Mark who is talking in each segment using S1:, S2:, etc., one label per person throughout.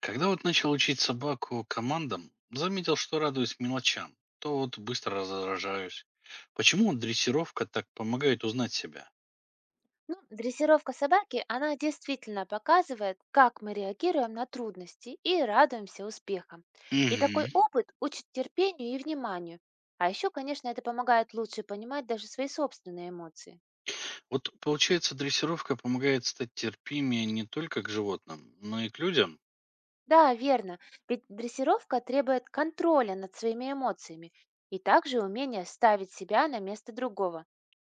S1: Когда вот начал учить собаку командам, заметил, что радуюсь мелочам, то вот быстро раздражаюсь. Почему вот дрессировка так помогает узнать себя?
S2: Ну, дрессировка собаки, она действительно показывает, как мы реагируем на трудности и радуемся успехам. И такой
S1: Мгм.
S2: опыт учит терпению и вниманию. А еще, конечно, это помогает лучше понимать даже свои собственные эмоции.
S1: Вот получается, дрессировка помогает стать терпимее не только к животным, но и к людям?
S2: Да, верно, ведь дрессировка требует контроля над своими эмоциями и также умения ставить себя на место другого.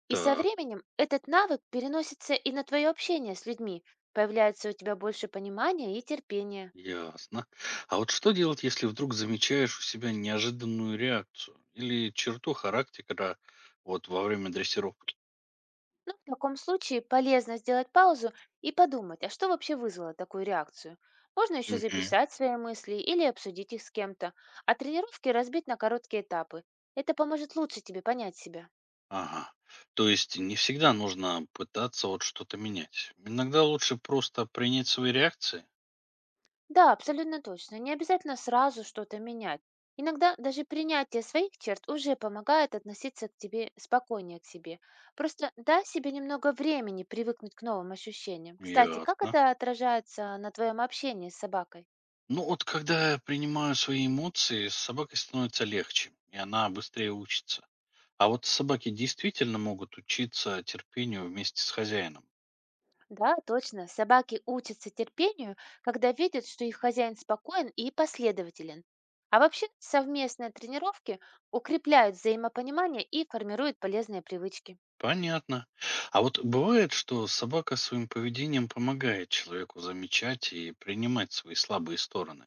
S2: И со
S1: Так,
S2: временем этот навык переносится и на твое общение с людьми, появляется у тебя больше понимания и терпения.
S1: ясно. А вот что делать, если вдруг замечаешь у себя неожиданную реакцию или черту характера вот во время дрессировки?
S2: Ну, в таком случае полезно сделать паузу и подумать, а что вообще вызвало такую реакцию. Можно еще записать свои мысли или обсудить их с кем-то, а тренировки разбить на короткие этапы. Это поможет лучше тебе понять себя.
S1: Ага. То есть не всегда нужно пытаться вот что-то менять. Иногда лучше просто принять свои реакции.
S2: Да, абсолютно точно. Не обязательно сразу что-то менять. Иногда даже принятие своих черт уже помогает относиться к тебе спокойнее к себе. Просто дай себе немного времени привыкнуть к новым ощущениям. Кстати, как
S1: Ясно.
S2: это отражается на твоем общении с собакой?
S1: Ну вот когда я принимаю свои эмоции, с собакой становится легче, и она быстрее учится. А вот собаки действительно могут учиться терпению вместе с хозяином.
S2: Да, точно. Собаки учатся терпению, когда видят, что их хозяин спокоен и последователен. А вообще совместные тренировки укрепляют взаимопонимание и формируют полезные привычки.
S1: Понятно. А вот бывает, что собака своим поведением помогает человеку замечать и принимать свои слабые стороны.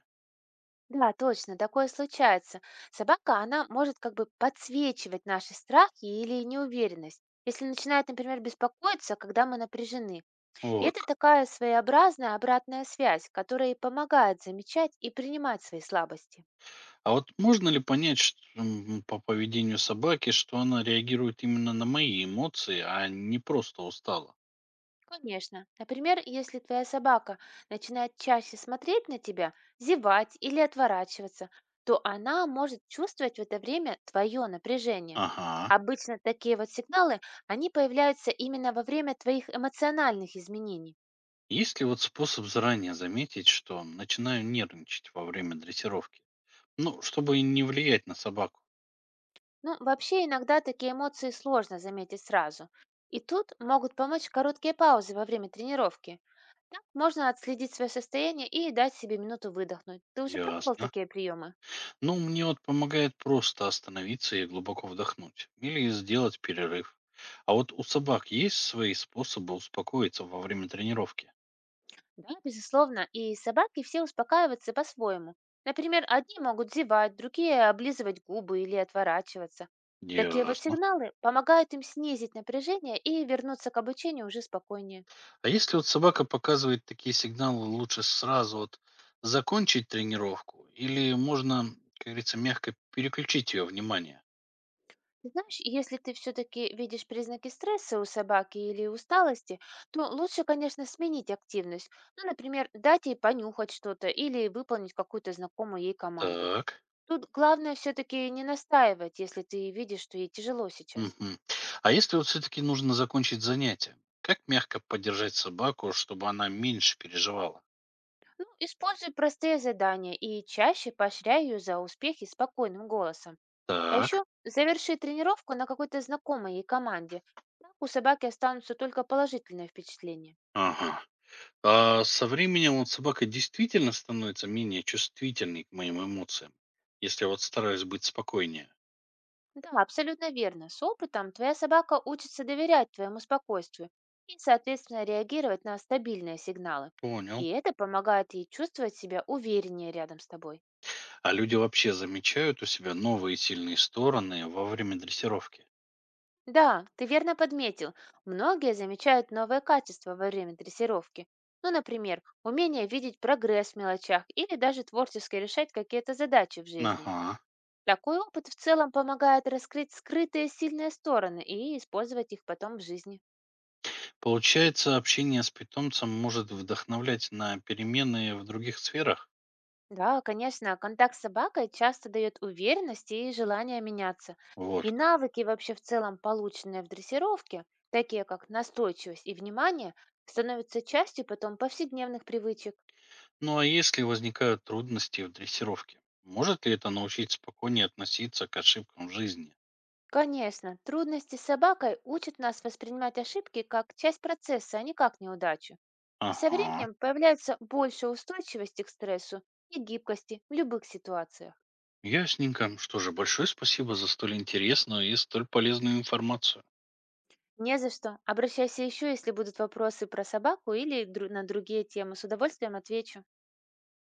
S2: Да, точно, такое случается. Собака, она может как бы подсвечивать наши страхи или неуверенность, если начинает, например, беспокоиться, когда мы напряжены. И
S1: Вот
S2: это
S1: как.
S2: такая своеобразная обратная связь, которая и помогает замечать и принимать свои слабости.
S1: А вот можно ли понять по поведению собаки, что она реагирует именно на мои эмоции, а не просто устала?
S2: Конечно. Например, если твоя собака начинает чаще смотреть на тебя, зевать или отворачиваться, то она может чувствовать в это время твое напряжение.
S1: Ага.
S2: Обычно такие вот сигналы, они появляются именно во время твоих эмоциональных изменений.
S1: Есть ли вот способ заранее заметить, что начинаю нервничать во время дрессировки? Ну, чтобы не влиять на собаку.
S2: Ну, вообще иногда такие эмоции сложно заметить сразу. И тут могут помочь короткие паузы во время тренировки. Так можно отследить свое состояние и дать себе минуту выдохнуть. Ты уже пробовал
S1: Ясно.
S2: такие приемы?
S1: Ну, мне вот помогает просто остановиться и глубоко вдохнуть. Или сделать перерыв. А вот у собак есть свои способы успокоиться во время тренировки?
S2: Да, безусловно, и собаки все успокаиваются по-своему. Например, одни могут зевать, другие облизывать губы или отворачиваться. Такие вот
S1: Ясно.
S2: сигналы помогают им снизить напряжение и вернуться к обучению уже спокойнее.
S1: А если вот собака показывает такие сигналы, лучше сразу вот закончить тренировку? Или можно, как говорится, мягко переключить ее внимание?
S2: Ты знаешь, если ты все-таки видишь признаки стресса у собаки или усталости, то лучше, конечно, сменить активность. Ну, например, дать ей понюхать что-то или выполнить какую-то знакомую ей команду.
S1: Так.
S2: Тут главное все-таки не настаивать, если ты видишь, что ей тяжело сейчас.
S1: Мгм. А если вот все-таки нужно закончить занятие? Как мягко поддержать собаку, чтобы она меньше переживала?
S2: Ну, используй простые задания и чаще поощряй ее за успехи спокойным голосом. А
S1: Так.
S2: еще заверши тренировку на какой-то знакомой ей команде. Так у собаки останутся только положительные впечатления.
S1: Ага. А со временем вот собака действительно становится менее чувствительной к моим эмоциям, если я вот стараюсь быть спокойнее.
S2: Да, абсолютно верно. С опытом твоя собака учится доверять твоему спокойствию и, соответственно, реагировать на стабильные сигналы.
S1: Понял.
S2: И это помогает ей чувствовать себя увереннее рядом с тобой.
S1: А люди вообще замечают у себя новые сильные стороны во время дрессировки?
S2: Да, ты верно подметил. Многие замечают новые качества во время дрессировки. Ну, например, умение видеть прогресс в мелочах или даже творчески решать какие-то задачи в жизни.
S1: Ага.
S2: Такой опыт в целом помогает раскрыть скрытые сильные стороны и использовать их потом в жизни.
S1: Получается, общение с питомцем может вдохновлять на перемены в других сферах?
S2: Да, конечно, контакт с собакой часто дает уверенность и желание меняться. И
S1: Вот как.
S2: навыки вообще в целом, полученные в дрессировке, такие как настойчивость и внимание, становятся частью потом повседневных привычек.
S1: Ну а если возникают трудности в дрессировке, может ли это научить спокойнее относиться к ошибкам в жизни?
S2: Конечно, трудности с собакой учат нас воспринимать ошибки как часть процесса, а не как неудачу. И со
S1: Ага.
S2: временем появляется больше устойчивости к стрессу и гибкости в любых ситуациях.
S1: Ясненько. Что же, большое спасибо за столь интересную и столь полезную информацию.
S2: Не за что. Обращайся еще, если будут вопросы про собаку или на другие темы. С удовольствием отвечу.